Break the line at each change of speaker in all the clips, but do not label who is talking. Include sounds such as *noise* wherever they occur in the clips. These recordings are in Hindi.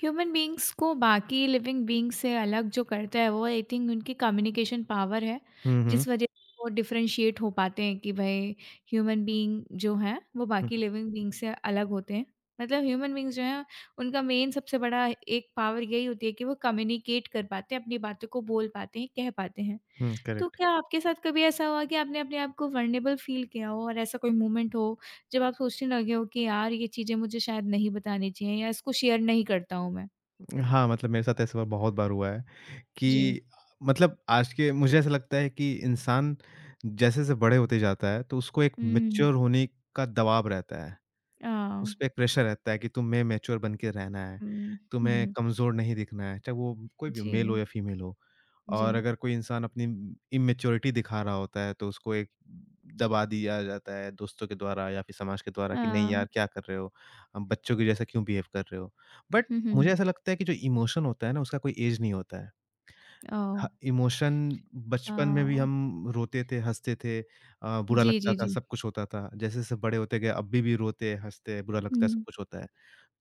ह्यूमन बीइंग्स को बाकी लिविंग बीइंग से अलग जो करता है वो आई थिंक उनकी कम्युनिकेशन पावर है।
हुँ, हुँ।
जिस वजह से वो डिफरेंशिएट हो पाते हैं कि भाई ह्यूमन बीइंग जो है वो
हुँ,
बाकी लिविंग बीइंग से अलग होते हैं। मतलब ह्यूमन बीइंग्स जो हैं उनका मेन सबसे बड़ा एक पावर यही होती है कि वो कम्युनिकेट कर पाते हैं, अपनी बातों को बोल पाते हैं, कह पाते हैं।
हुँ,
तो
करेक्ट।
क्या आपके साथ कभी ऐसा हुआ कि आपने अपने आप को वर्नेबल फील किया हो और ऐसा कोई मोमेंट हो जब आप सोचने लगे हो कि यार ये चीज़ें मुझे शायद नहीं बतानी चाहिए या इसको शेयर नहीं करता हूँ मैं।
हाँ, मतलब मेरे साथ ऐसा बहुत बार हुआ है
जी।
कि मतलब आज के मुझे ऐसा लगता है कि इंसान जैसे-जैसे बड़े होते जाता है, तो उसको एक
हुँ।
मैच्योर होने का दबाव रहता है।
ओह!
उस पे एक प्रेशर रहता है कि तुम्हें मैच्योर बन के रहना है,
हुँ,
तुम्हें
हुँ।
कमज़ोर नहीं दिखना है, चाहे वो कोई
*laughs*
भी हो,
जी,
मेल हो या फीमेल हो।
जी।
और अगर कोई इंसान अपनी इमैच्योरिटी दिखा रहा होता है, तो उसको एक दबा दिया जाता है दोस्तों के द्वारा या फिर समाज के द्वारा
अ,
कि नहीं यार क्या कर रहे हो? बच्चों के जैसा क्यों बिहेव कर रहे हो? बट
हुँ, हुँ,
मुझे
हुँ।
ऐसा लगता है कि जो इमोशन होता है ना उसका कोई ऐज नहीं होता है।
*laughs* ओह!
ह इमोशन बचपन में भी
ओह!
हम रोते थे, हँसते थे बुरा
जी,
लगता
जी,
था,
जी।
सब कुछ होता था। जैसे-जैसे बड़े होते गए अब भी रोते, हँसते, बुरा लगता है, सब
हुँ,
कुछ होता है।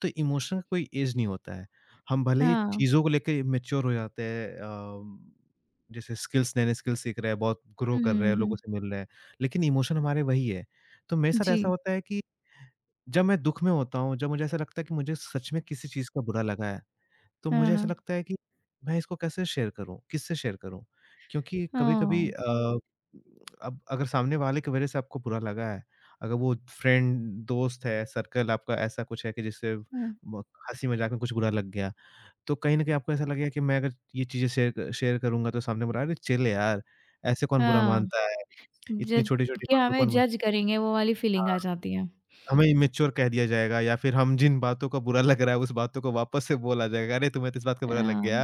तो इमोशन का कोई एज नहीं होता है। हम भले ही
हाँ।
चीज़ों को लेके मैच्योर हो जाते हैं जैसे स्किल्स नए-नए स्किल्स सीख रहे हैं, बहुत ग्रो
हुँ,
कर रहे हैं, लोगों
हुँ।
से मिल रहे हैं, लेकिन इमोशन हमारे वही है। तो मेरे साथ ऐसा
जी।
होता है कि जब मैं दुःख में होता हूँ, जब मुझे ऐसा लगता है कि मुझे सच में किसी चीज़ का बुरा लगा है तो
हाँ,
मुझे ऐसा
हाँ।
लगता है कि मैं इसको कैसे शेयर करूँ, किससे शेयर करूँ? क्योंकि
ओह!
कभी-कभी अब अगर सामने वाले की वज़ह से आपको बुरा लगा है, अगर वो फ्रेंड, दोस्त है, सर्कल आपका ऐसा कुछ है कि जिससे
हुँ,
म हँसी-मज़ाक में कुछ बुरा लग गया, तो कहीं न कहीं आपको ऐसा लगेगा कि मैं अगर ये चीज़ें शेयर शेयर करूँगा तो सामने वाला, "अरे चिल यार, ऐसे कौन बुरा
हाँ।
मानता है? इतनी
जज
छोटी-छोटी
कि
बातों
हमें
कौन।"
जज करेंगे वो वाली फीलिंग
हाँ,
आ जाती है।
हमें इमैच्योर कह दिया जाएगा या फिर हम जिन बातों का बुरा लग रहा है, उस बातों को वापस से बोला जाएगा, "अरे तुम्हें तो इस बात का बुरा लग
हाँ,
गया।"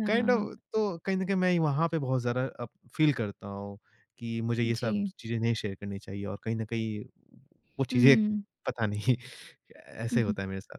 हाँ,
काइंड
हाँ।
ऑफ तो कहीं न कहीं मैं वहाँ पे बहुत ज़्यादा अब फ़ील करता हूँ कि मुझे ये
जी।
सब चीज़ें नहीं शेयर करनी चाहिए और कहीं न कहीं
*laughs*
वो
हुँ,
चीज़ें
हुँ,
पता नहीं *laughs* ऐसे
हुँ।
होता है मेरे साथ।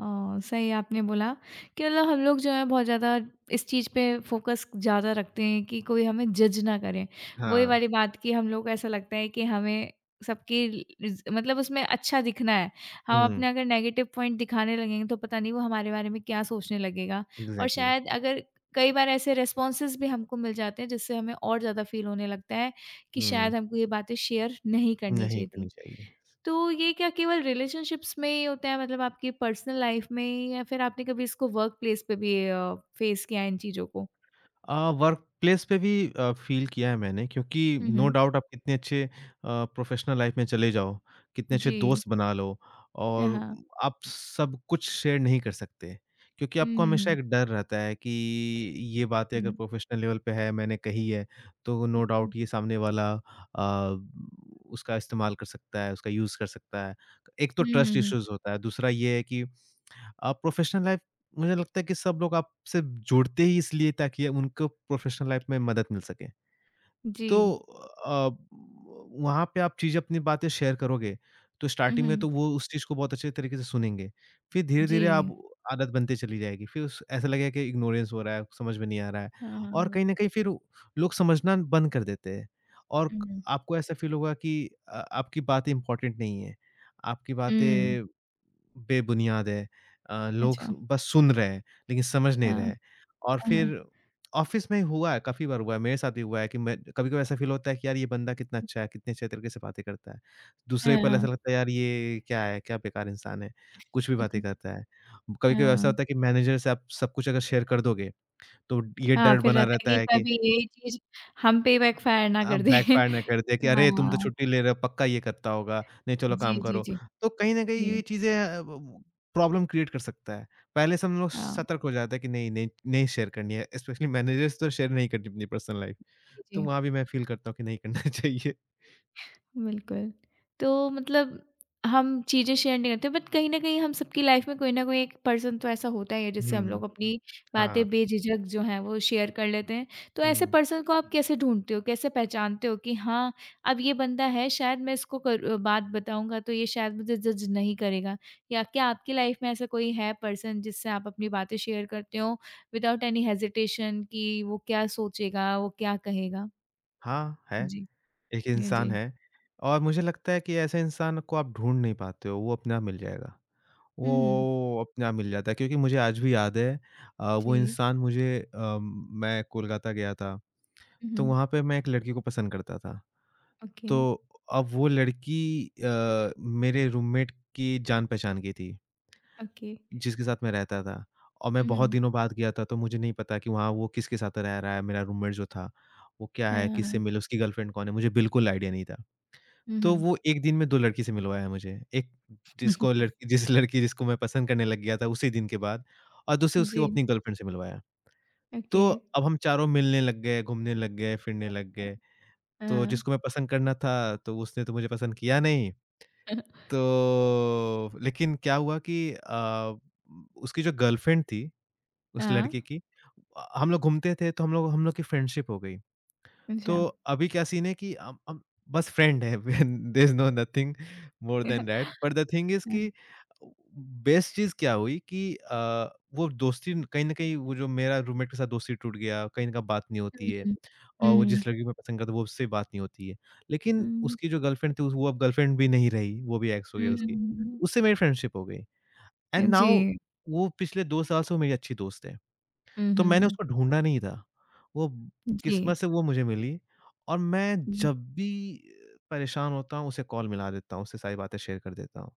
ओह! सही आपने बोला कि मतलब हम लोग जो हैं बहुत ज़्यादा इस चीज़ पे फ़ोकस ज़्यादा रखते हैं कि कोई हमें जज ना करे। वही
हाँ।
वाली बात कि हम लोग को ऐसा लगता है कि हमें सबकी रिज़ मतलब उसमें अच्छा दिखना है। हम
हुँ,
अपने अगर नेगेटिव पॉइंट दिखाने लगेंगे तो पता नहीं वो हमारे बारे में क्या सोचने लगेगा। और
एग्ज़ैक्टली।
शायद अगर कई बार ऐसे रिस्पॉन्सेज़ भी हमको मिल जाते हैं जिससे हमें और ज़्यादा फ़ील होने लगता है कि
हुँ,
शायद हमको ये बातें शेयर नहीं करनी
नहीं
चाहिए थी।
करनी चाहिए।
तो ये क्या केवल रिलेशनशिप्स में ही होता है, मतलब आपकी पर्सनल लाइफ में, या फिर आपने कभी इसको वर्क प्लेस पे भी फेस किया है इन चीज़ों को?
वर्क प्लेस पे भी फ़ील किया है मैंने क्योंकि
हुँ,
नो
हुँ।
डाउट आप कितने अच्छे प्रोफ़ेशनल लाइफ़ में चले जाओ, कितने अच्छे
जी।
दोस्त बना लो और
हाँ।
आप सब कुछ शेयर नहीं कर सकते। क्योंकि
हुँ,
आपको
हुँ,
हमेशा
हुँ,
एक डर रहता है कि ये बातें अगर
हुँ।
प्रोफ़ेशनल लेवल पे है, मैंने कही है, तो नो डाउट ये सामने वाला अ, उसका इस्तेमाल कर सकता है, उसका यूज़ कर सकता है। एक तो
हुँ, हुँ, हुँ,
ट्रस्ट
हुँ।
इश्यूज़ होता है, दूसरा ये है कि प्रोफ़ेशनल लाइफ़ मुझे लगता है कि सब लोग आपसे जुड़ते ही इसलिए ताकि उनको प्रोफ़ेशनल लाइफ़ में मदद मिल सके।
जी।
तो अ, वहाँ पे आप चीज़ें अपनी बातें शेयर करोगे, तो
हुँ,
स्टार्टिंग में
हुँ।
तो वो उस चीज़ को बहुत अच्छे तरीके से सुनेंगे। फिर धीरे-धीरे आप
जी।
आदत बनते चली जाएगी। फिर उस ऐसा लगेगा कि इग्नोरेंस हो रहा है, समझ में नहीं आ रहा है
हाँ, हाँ,
और
हाँ।
कहीं न कहीं फिर वो लोग समझना बंद कर देते हैं और
हुँ,
क
हुँ।
आपको ऐसा फ़ील होगा कि आपकी बातें इम्पोर्टेंट नहीं है, आपकी
हुँ,
बातें बेबुनियाद है। लोग
अच्छा।
बस सुन रहे हैं, लेकिन समझ नहीं रहे
हाँ,
हैं और
हाँ, हाँ।
फिर ऑफ़िस में हुआ है, काफ़ी बार हुआ है, मेरे साथ भी हुआ है कि मैं कभी-कभी ऐसा फ़ील होता है कि यार ये बंदा कितना अच्छा है, कितने अच्छे तरीके से बातें करता है। दूसरे पल
हाँ।
ऐसा लगता है यार ये क्या है, क्या बेकार इंसान है, कुछ भी बातें करता है। कभी-कभी ऐसा
हाँ।
होता है कि मैनेजर से आप सब कुछ अगर शेयर कर दोगे, तो ये
हाँ,
डर
फिर
बना
रहता है
रहता
कि
है कि
कभी ये चीज़ हम पे बैकफ़ायर ना
आप
कर दे।
बैकफ़ायर ना कर दे कि
*laughs*
अरे तुम तो
हाँ।
छुट्टी ले रहे हो, पक्का ये करता होगा, नहीं चलो
जी,
काम
जी,
करो।
जी।
तो कहीं न कहीं ये
जी।
चीज़ें अ, ब प्रॉब्लम क्रिएट कर सकता है। पहले से हम लोग
हाँ,
सतर्क हो जाते हैं कि नहीं, नहीं, नहीं शेयर करनी है, स्पेशली मैनेजर से तो शेयर नहीं करनी अपनी पर्सनल लाइफ़।
जी,
तो
जी।
वहाँ भी मैं फ़ील करता हूँ कि नहीं करना *laughs* चाहिए।
बिल्कुल। तो मतलब हम चीज़ें शेयर नहीं करते बट कहीं न कहीं हम सबकी लाइफ़ में कोई न कोई एक पर्सन तो ऐसा होता ही है जिससे हम लोग
हुँ।
अपनी
हाँ।
बातें बेझिझक जो हैं वो शेयर कर लेते हैं। तो ऐसे
हुँ।
पर्सन को आप कैसे ढूँढते हो? कैसे पहचानते हो कि हाँ, अब ये बंदा है, शायद मैं इसको बात बताऊँगा तो ये शायद मुझे जज नहीं करेगा? या क्या आपकी लाइफ़ में ऐसा कोई है पर्सन जिससे आप अपनी बातें शेयर करते हो विदाउट एनी हेजिटेशन कि वो क्या सोचेगा, वो क्या कहेगा?
हाँ, है,
जी।
एक
जी।
इंसान है और मुझे लगता है कि ऐसे इंसान को आप ढूँढ नहीं पाते हो, वो अपने आप मिल जाएगा।
हुँ, हुँ।
वो अपने आप मिल जाता है क्योंकि मुझे आज भी याद है
जी।
वो इंसान मुझे मैं कोलकाता गया था, तो
हुँ।
वहाँ पे मैं एक लड़की को पसंद करता था।
ओके,
तो अब वो लड़की मेरे रूममेट की जान-पहचान की थी।
ओके।
जिसके साथ मैं रहता था और मैं बहुत
हुँ,
दिनों बाद गया था, तो मुझे नहीं पता कि वहाँ वो किसके साथ रह रहा है, मेरा रूममेट जो था, वो क्या है, किससे
हाँ।
मिले, उसकी गर्लफ्रेंड कौन है, मुझे बिल्कुल आइडिया नहीं था।
हुँ,
तो
हुँ।
वो 1 दिन में 2 लड़की से मिलवाया मुझे, एक जिसको
*laughs*
लड़की जिस लड़की जिसको मैं पसंद करने लग गया था उसी दिन के बाद और दूसरे उसकी
जी,
वो अपनी गर्लफ्रेंड से मिलवाया।
ओके।
तो अब हम चारों मिलने लग गए, घूमने लग गए, फिरने लग गए, तो
हाँ।
जिसको मैं पसंद करना था, तो उसने तो मुझे पसंद किया नहीं।
*laughs*
तो लेकिन क्या हुआ कि उसकी जो गर्लफ्रेंड थी उस
हाँ,
लड़के की। हम लोग घूमते थे तो हम लोग की फ्रेंडशिप हो गई।
अच्छा।
तो अभी क्या सीन है कि हम बस फ्रेंड है। *laughs* There is no nothing more than
*laughs*
that
हाँ।
बट द थिंग इज़ कि बेस्ट चीज़ क्या हुई कि वो दोस्ती कहीं न कहीं वो जो मेरा रूममेट के साथ दोस्ती टूट गया, कहीं न कहीं बात नहीं
हुँ,
होती है और
हुँ,
वो जिस
हुँ,
लड़की को मैं पसंद करता हूँ, वो उससे बात नहीं होती है। लेकिन
हुँ,
उसकी जो गर्लफ्रेंड थी, वो अब गर्लफ्रेंड भी नहीं रही, वो भी एक्स हो गया उसकी।
हुँ।
उससे मेरी फ्रेंडशिप हो गई एंड नाउ
जी।
वो पिछले 2 साल से वो मेरी अच्छी दोस्त है।
हुँ,
तो मैंने
हुँ,
उसको ढूँढा नहीं था। वो
जी।
किस्मत से
*laughs*
वो मुझे मिली और मैं
हुँ,
जब भी परेशान होता हूँ, उसे कॉल मिला देता हूँ, उससे सारी बातें शेयर कर देता हूँ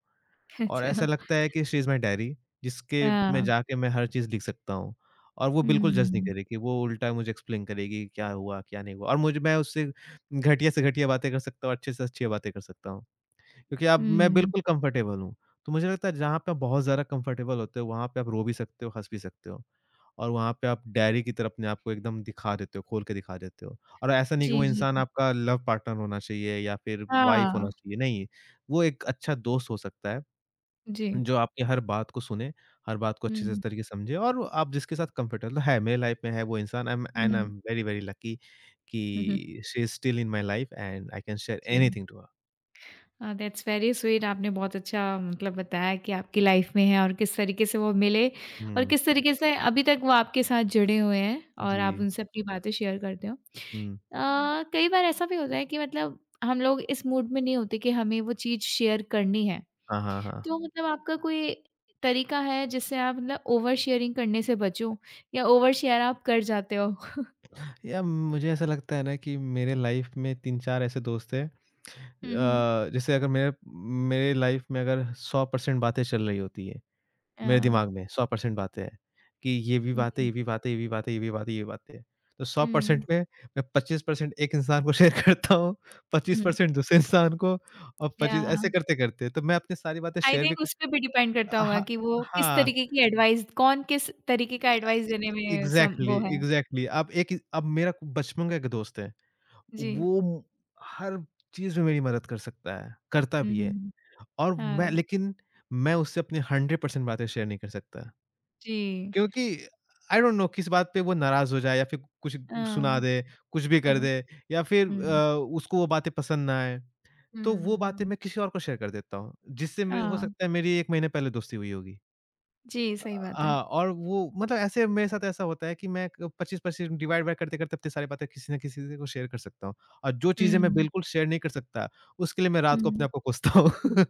और
अच्छा।
ऐसा लगता है कि शी इज़ माई डायरी जिसके में
हाँ।
जाके मैं हर चीज़ लिख सकता हूँ और वो बिल्कुल जज नहीं
हुँ,
करेगी। वो उल्टा मुझे एक्सप्लेन करेगी क्या हुआ, क्या नहीं हुआ और मुझे मैं उससे घटिया से घटिया बातें कर सकता हूँ, अच्छे से अच्छी बातें कर सकता हूँ क्योंकि अब मैं
हुँ।
बिल्कुल कम्फ़र्टेबल हूँ। तो मुझे लगता है जहाँ पे आप बहुत ज़्यादा कम्फ़र्टेबल होते हो, वहाँ पे आप रो भी सकते हो, हँस भी सकते हो। और वहाँ पे आप डायरी की तरह अपने आप को एकदम दिखा देते हो, खोल के दिखा देते हो। और ऐसा नहीं कि वो
जी, जी,
इंसान
जी।
आपका लव पार्टनर होना चाहिए या फिर वाइफ़ होना
हाँ,
चाहिए, नहीं। वो एक अच्छा दोस्त हो सकता है,
जी।
जो आपकी हर बात को सुने, हर बात को अच्छे से
हुँ,
तरीके से समझे और आप जिसके साथ कंफर्टेबल है, मेरे लाइफ़ में है वो इंसान। आई एम
हुँ,
एंड
हुँ,
आई
हुँ।
एम वेरी, वेरी लकी
*laughs*
कि she is still in my life and I can share
जी।
Anything to her.
हाँ, दैट्स वेरी स्वीट। आपने बहुत अच्छा मतलब बताया कि आपकी लाइफ में है और किस तरीके से वो मिले और
हुँ,
किस तरीके से अभी तक वो आपके साथ जुड़े हुए हैं और
जी।
आप उनसे अपनी बातें शेयर करते हो।
हुँ।
अ, कई बार ऐसा भी होता है कि मतलब हम लोग इस मूड में नहीं होते कि हमें वो चीज़ शेयर करनी है,
हाँ, हाँ, हाँ।
तो मतलब आपका कोई तरीका है जिससे आप मतलब ओवर शेयरिंग करने से बचो या ओवर शेयर आप कर जाते हो? *laughs*
या मुझे ऐसा लगता है ना कि मेरे लाइफ में 3-4 ऐसे दोस्त हैं।
हम्म,
जैसे अगर मेरे मेरे लाइफ में अगर 100% बातें चल रही होती हैं,
अ,
मेरे दिमाग में 100% बातें हैं कि ये भी बातें,
जी,
ये भी बातें, ये भी बातें, ये भी बातें, ये भी बातें। तो
हम्म,
100% में मैं 25% एक इंसान को शेयर *laughs* करता हूँ,
हम्म,
25% दूसरे इंसान को और
या
25 ऐसे करते-करते तो मैं अपनी सारी बातें
आई
शेयर भी
थिंक
क
उसपे भी डिपेंड करता होगा
हाँ,
कि वो किस
हाँ।
तरीके की एडवाइस, कौन किस तरीके का एडवाइस
ए
देने में सम वो
एग्ज़ैक्टली,
है।
एग्ज़ैक्टली। अब मेरा बचपन का एक दोस्त है।
जी।
वो म हर चीज़ में मेरी मदद कर सकता है, करता
हुँ,
भी
हुँ,
है
हुँ।
और मैं
हाँ,
लेकिन मैं उससे अपनी 100% बातें शेयर नहीं कर सकता।
जी।
क्योंकि आई डोंट नो किस बात पे वो नाराज़ हो जाए या फिर कुछ सुना
हाँ,
दे, कुछ भी कर
हाँ।
दे या फिर
हुँ।
उसको वो बातें पसंद ना आए।
हुँ,
तो
हुँ,
वो बातें
हुँ।
मैं किसी और को शेयर कर देता हूँ, जिससे
अ,
मैं हो सकता है मेरी 1 महीने पहले दोस्ती हुई होगी।
जी,
अ,
सही बात है।
हाँ और वो मतलब ऐसे मेरे साथ ऐसा होता है कि मैं क 25-25 डिवाइड वाइड करते-करते इतनी सारी बातें किसी न किसी से को शेयर कर सकता हूँ। और जो चीज़ें मैं
हुँ,
बिल्कुल शेयर नहीं कर सकता, उसके लिए मैं रात को अपने
हुँ।
आप को कोसता हूँ। *laughs*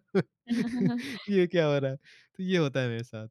*laughs*
कि ये क्या हो रहा है? तो ये होता है मेरे साथ।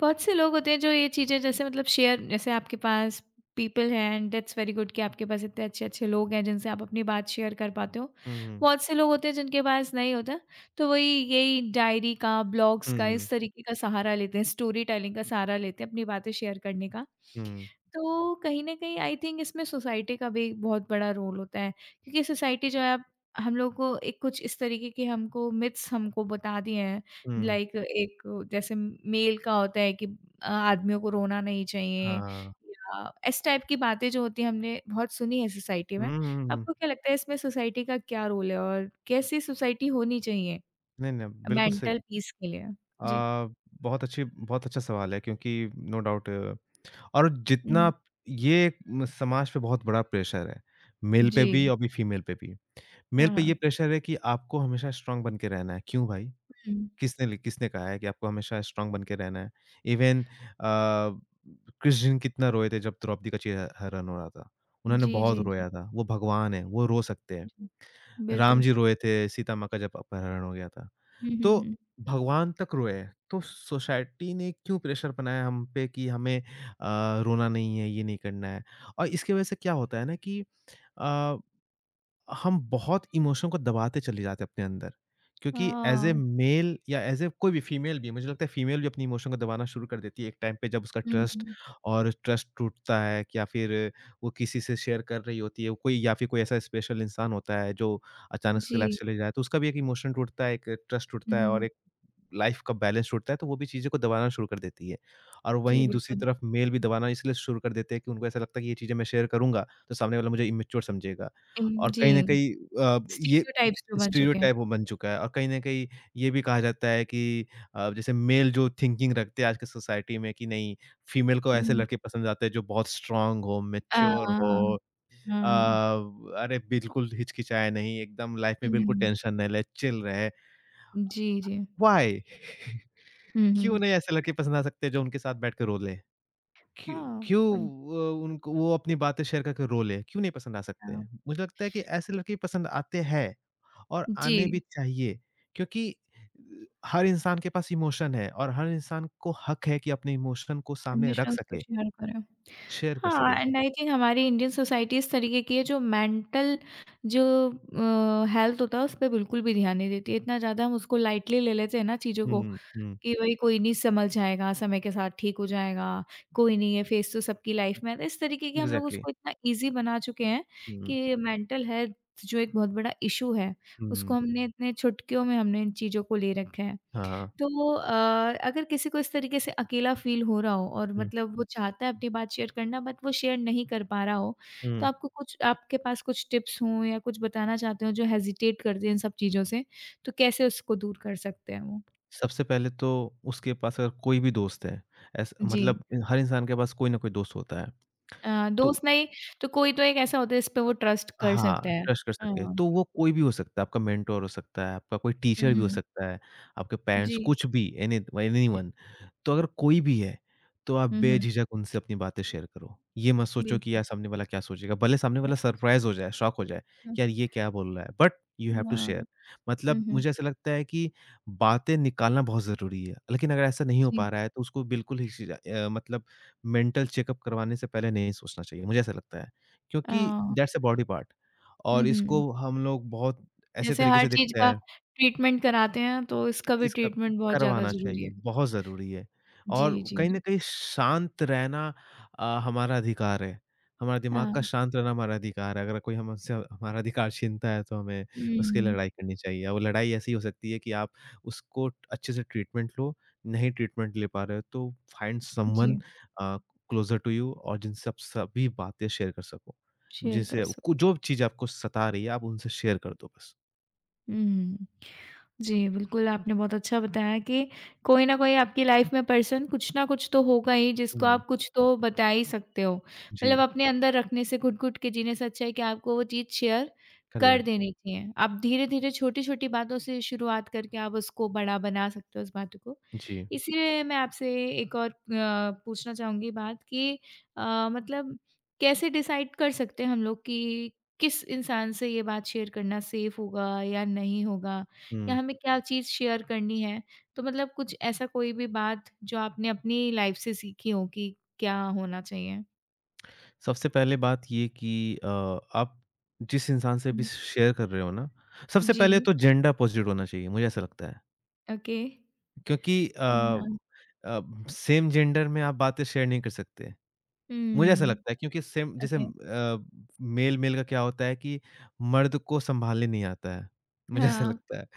बहुत से लोग होते हैं जो ये चीज़ें जैसे मतलब शेयर, जैसे आपके पास पीपल हैं एंड दैट्स वेरी गुड कि आपके पास इतने अच्छे अच्छे लोग हैं जिनसे आप अपनी बात शेयर कर पाते हो।
हुँ, हुँ।
बहुत से लोग होते हैं जिनके पास नहीं होता, तो वही यही डायरी का, ब्लॉग्स का, इस
हुँ,
तरीके का सहारा लेते हैं, स्टोरी टेलिंग का सहारा लेते हैं अपनी बातें शेयर करने का।
हुँ,
तो कहीं न कहीं आई थिंक इसमें सोसाइटी का भी बहुत बड़ा रोल होता है, क्योंकि सोसाइटी जो है अब हम लोग को एक कुछ इस तरीके के हमको मिथ्स हमको बता दिए हैं,
हुँ।
लाइक एक जैसे मेल का होता है कि आदमियों को रोना नहीं चाहिए
हाँ।
या इस टाइप की बातें जो होती हैं हमने बहुत सुनी है सोसाइटी में।
हुँ, हुँ, हुँ।
आपको क्या लगता है इसमें सोसाइटी का क्या रोल है और कैसी सोसाइटी होनी चाहिए
नहीं, नहीं, बिल्कुल सही।
मेंटल पीस के लिए? जी।
अ, बहुत अच्छी बहुत अच्छा सवाल है क्योंकि नो डाउट और
हुँ,
जितना ये म समाज पे बहुत बड़ा प्रेशर है, मेल पे
जी।
भी और भी फीमेल पे भी। मेल
हाँ,
पे ये
हाँ।
प्रेशर है कि आपको हमेशा स्ट्रॉन्ग बन के रहना है। क्यों भाई?
हुँ।
किसने कहा है कि आपको हमेशा स्ट्रॉन्ग बन के रहना है? इवन कृष्ण कितना रोए थे जब द्रौपदी का चीर हरण हो रहा था। उन्होंने
जी,
बहुत
जी, जी,
रोया था। वो भगवान हैं, वो रो सकते हैं।
जी।
राम
बिल्कुल।
जी रोए थे सीता माँ का जब अपहरण हो गया था।
हुँ, हुँ,
तो
हुँ।
भगवान तक रोए हैं। तो सोसाइटी ने क्यों प्रेशर बनाया हम पे कि हमें रोना नहीं है, ये नहीं करना है। और इसकी वज़ह से क्या होता है ना कि अ हम बहुत इमोशन को दबाते चले जाते हैं अपने अंदर क्योंकि एज ए
हाँ।
मेल या एज ए कोई भी फीमेल भी, मुझे लगता है फीमेल भी अपनी इमोशन को दबाना शुरू कर देती है एक टाइम पे जब उसका
हुँ,
ट्रस्ट
हुँ।
और ट्रस्ट टूटता है, या फिर वो किसी से शेयर कर रही होती है कोई, या फिर कोई ऐसा स्पेशल इंसान होता है जो अचानक से लाइफ
जी।
चले जाए, तो उसका भी एक इमोशन टूटता है, एक ट्रस्ट
हुँ,
टूटता है और
हुँ।
लाइफ का बैलेंस टूटता है, तो वो भी चीज़ें को दबाना शुरू कर देती है। और
जी,
वहीं दूसरी
बिल्कुल।
तरफ मेल भी दबाना इसलिए शुरू कर देते हैं कि उनको ऐसा लगता है कि ये चीज़ें मैं शेयर करूँगा, तो सामने वाला मुझे इमैच्योर समझेगा।
हुँ,
और कहीं न
जी।
कहीं ये
स्टीरियोटाइप्स जो बन चुके हैं।
स्टीरियोटाइप वो बन चुका है और कहीं न कहीं ये भी कहा जाता है कि जैसे मेल जो थिंकिंग रखते हैं आज की सोसाइटी में कि नहीं, फीमेल को ऐसे
हुँ।
लड़के पसंद आते हैं जो बहुत स्ट्रॉन्ग हो,
अ,
मैच्योर
हाँ।
हो, अ,
हाँ, हाँ।
अरे बिल्कुल हिचकिचाए नहीं, एकदम लाइफ में बिल्कुल
हुँ।
टेंशन ना ले, चिल रहे।
जी, जी।
व्हाई?
हुँ,
क्यों
हुँ।
नहीं ऐसे लड़के पसंद आ सकते हैं जो उनके साथ बैठ के रो लें? क्यों
हाँ,
क्यों अ, उनको वो अपनी बातें शेयर करके रो लें? क्यों नहीं पसंद आ सकते
अच्छा।
हैं? मुझे लगता है कि ऐसे लड़के पसंद आते हैं और आने भी
जी,
चाहिए क्योंकि हर इंसान के पास इमोशन है और हर इंसान को हक है कि अपने इमोशन को सामने
हमेशा
रख
उसको
सके,
शेयर करें।
शेयर कर
हाँ,
सके।
एंड आई थिंक हमारी इंडियन सोसाइटी इस तरीके की है जो मेंटल जो हेल्थ होता है उस पे बिल्कुल भी ध्यान नहीं देती है। इतना ज़्यादा हम उसको लाइटली ले लेते हैं ना चीज़ों को
हुँ, हुँ,
कि वही कोई नहीं संभल जाएगा, समय के साथ ठीक हो जाएगा, कोई नहीं है, फेज़ तो सबकी लाइफ में आता है। इस तरीके की हम लोग
एग्ज़ैक्टली।
उसको इतना ईज़ी बना चुके हैं
हुँ,
कि मेंटल हेल्थ जो एक बहुत बड़ा इश्यू है, उसको
हुँ,
हमने इतने चुटकियों में हमने इन चीज़ों को ले रखा है।
हाँ,
तो अगर किसी को इस तरीके से अकेला फ़ील हो रहा हो और
हुँ,
मतलब वो चाहता है अपनी बात शेयर करना बट वो शेयर नहीं कर पा रहा हो, तो
हुँ।
आपको कुछ, आपके पास कुछ टिप्स हों या कुछ बताना चाहते हो जो हेज़िटेट करते हैं इन सब चीज़ों से, तो कैसे उसको दूर कर सकते हैं वो?
सबसे पहले तो उसके पास अगर कोई भी दोस्त है, ऐसा
जी।
मतलब हर इंसान के पास कोई ना कोई दोस्त होता है। तो
दोस्त नहीं तो कोई तो एक ऐसा होता है जिस पे वो ट्रस्ट कर सकता
हाँ,
है।
ट्रस्ट कर सके।
हाँ,
तो वो कोई भी हो सकता है, आपका मेंटर हो सकता है, आपका कोई टीचर भी हो
हुँ,
सकता है, आपके पेरेंट्स,
जी,
कुछ भी,
जी।
एनीवन। तो अगर कोई भी है, तो आप
हुँ, हुँ,
बेझिझक उनसे अपनी बातें शेयर करो। ये मत सोचो कि
बिल्कुल।
यार सामने वाला क्या सोचेगा, भले सामने वाला सरप्राइज़ हो
*unintelligible*
जाए, शॉक हो जाए
हाँ,
कि यार ये क्या बोल रहा है, बट यू हैव टू
हाँ,
शेयर।
हुँ,
मतलब
हुँ,
मुझे ऐसा लगता है कि बातें निकालना बहुत ज़रूरी है, लेकिन अगर ऐसा नहीं हो
जी।
पा रहा है तो उसको बिल्कुल हिचकिचा मतलब मेंटल चेकअप करवाने से पहले नहीं सोचना चाहिए, मुझे ऐसा लगता है।
अ,
क्योंकि दैट्स अ बॉडी पार्ट।
हुँ,
और इसको
हुँ।
हम लोग बहुत ऐसे
जैसे
तरीके
हर
से
चीज़
देखते
का
हैं,
ट्रीटमेंट कराते हैं तो इसका भी
इसका
ट्रीटमेंट बहुत ज़्यादा
करवाना
ज़रूरी
चाहिए,
है।
बहुत ज़रूरी है।
जी,
और
जी,
कहीं न
जी।
कहीं शांत रहना हमारा अधिकार है। हमारा दिमाग का
हाँ,
शांत रहना हमारा अधिकार है, अगर कोई हमसे हमारा अधिकार छीनता है, तो हमें
हुँ,
उसकी
हुँ।
लड़ाई करनी चाहिए। वो लड़ाई ऐसी हो सकती है कि आप उसको अच्छे से ट्रीटमेंट लो, नहीं ट्रीटमेंट ले पा रहे हो तो फाइंड
जी,
someone uh, closer to you, और जिनसे आप सभी बातें शेयर कर सको।
शेयर कर
जिनसे
सक
कु जो चीज़ आपको सता रही है, आप उनसे शेयर कर दो बस।
हुँ। जी, बिल्कुल आपने बहुत अच्छा बताया कि कोई ना कोई आपकी लाइफ़ में पर्सन कुछ ना कुछ तो होगा ही जिसको
हुँ,
आप कुछ तो बता ही सकते हो। मतलब
जी,
अपने अंदर रखने से, घुट-घुट के जीने से अच्छा है कि आपको वो चीज़ शेयर
कर
कर
देना।
देनी चाहिए। आप धीरे-धीरे छोटी-छोटी बातों से शुरुआत करके आप उसको बड़ा बना सकते हो उस बात को।
जी,
इसीलिए मैं आपसे एक और पूछना चाहूँगी बात कि मतलब कैसे डिसाइड कर सकते हैं हम लोग कि किस इंसान से ये बात शेयर करना सेफ होगा या नहीं होगा, या
हुँ।
हमें क्या चीज़ शेयर करनी है। तो मतलब कुछ ऐसा, कोई भी बात जो आपने अपनी लाइफ़ से सीखी हो कि क्या होना चाहिए?
सबसे पहले बात ये कि आप जिस इंसान से भी
हुँ।
शेयर कर रहे हो ना, सबसे पहले
जी,
तो जेंडर अपोज़िट होना चाहिए, मुझे ऐसा लगता है।
ओके।
क्योंकि
अच्छा।
अ, सेम जेंडर में आप बातें शेयर नहीं कर सकते। मुझे ऐसा
हुँ।
लगता है क्योंकि सेम जैसे
ओके।
मेल-मेल का क्या होता है कि मर्द को सँभालने नहीं आता है। मुझे ऐसा
हाँ।
लगता है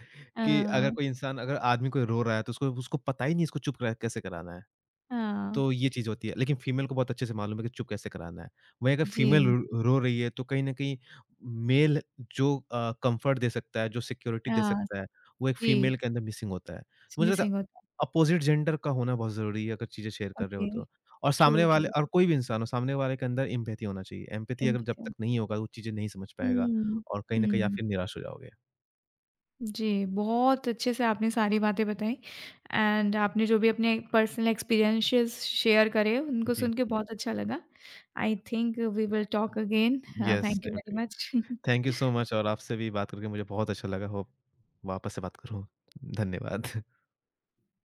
कि अगर
हाँ।
कोई इंसान, अगर आदमी कोई रो रहा है तो उसको उसको पता ही नहीं इसको चुप कै कैसे कराना है।
हाँ।
तो ये चीज़ होती है, लेकिन फीमेल को बहुत अच्छे से मालूम है कि चुप कैसे कराना है। वहीं अगर
जी।
फीमेल रो रो रही है तो कहीं न कहीं मेल जो कम्फर्ट दे सकता है, जो सिक्योरिटी दे
हाँ,
सकता
सब
है, वो एक
जी,
फीमेल के अंदर मिसिंग होता है। तो मुझे लगता है
मिसिंग होता है।
अपोज़िट जेंडर का होना बहुत ज़रूरी है अगर चीज़ें शेयर कर रहे हो
ओके,
तो। और
ट्रू,
सामने वाले,
ट्रू,
और कोई भी इंसान हो, सामने वाले के अंदर एम्पैथी होना चाहिए। एम्पैथी अगर जब
एम्पैथी
तक नहीं होगा, वो चीज़ें नहीं समझ पाएगा
हुँ,
और कहीं न कहीं आप फिर
हुँ।
निराश हो जाओगे।
जी, बहुत अच्छे से आपने सारी बातें बताई एंड आपने जो भी अपने पर्सनल एक्सपीरियंसेस शेयर करे, उनको
जी।
सुन के बहुत अच्छा लगा। I think we will talk again.
Yes,
thank you
I
very
agree.
Much. *laughs*
Thank you so much, और आपसे भी बात करके मुझे बहुत अच्छा लगा। होप वापस से बात करूँ। धन्यवाद।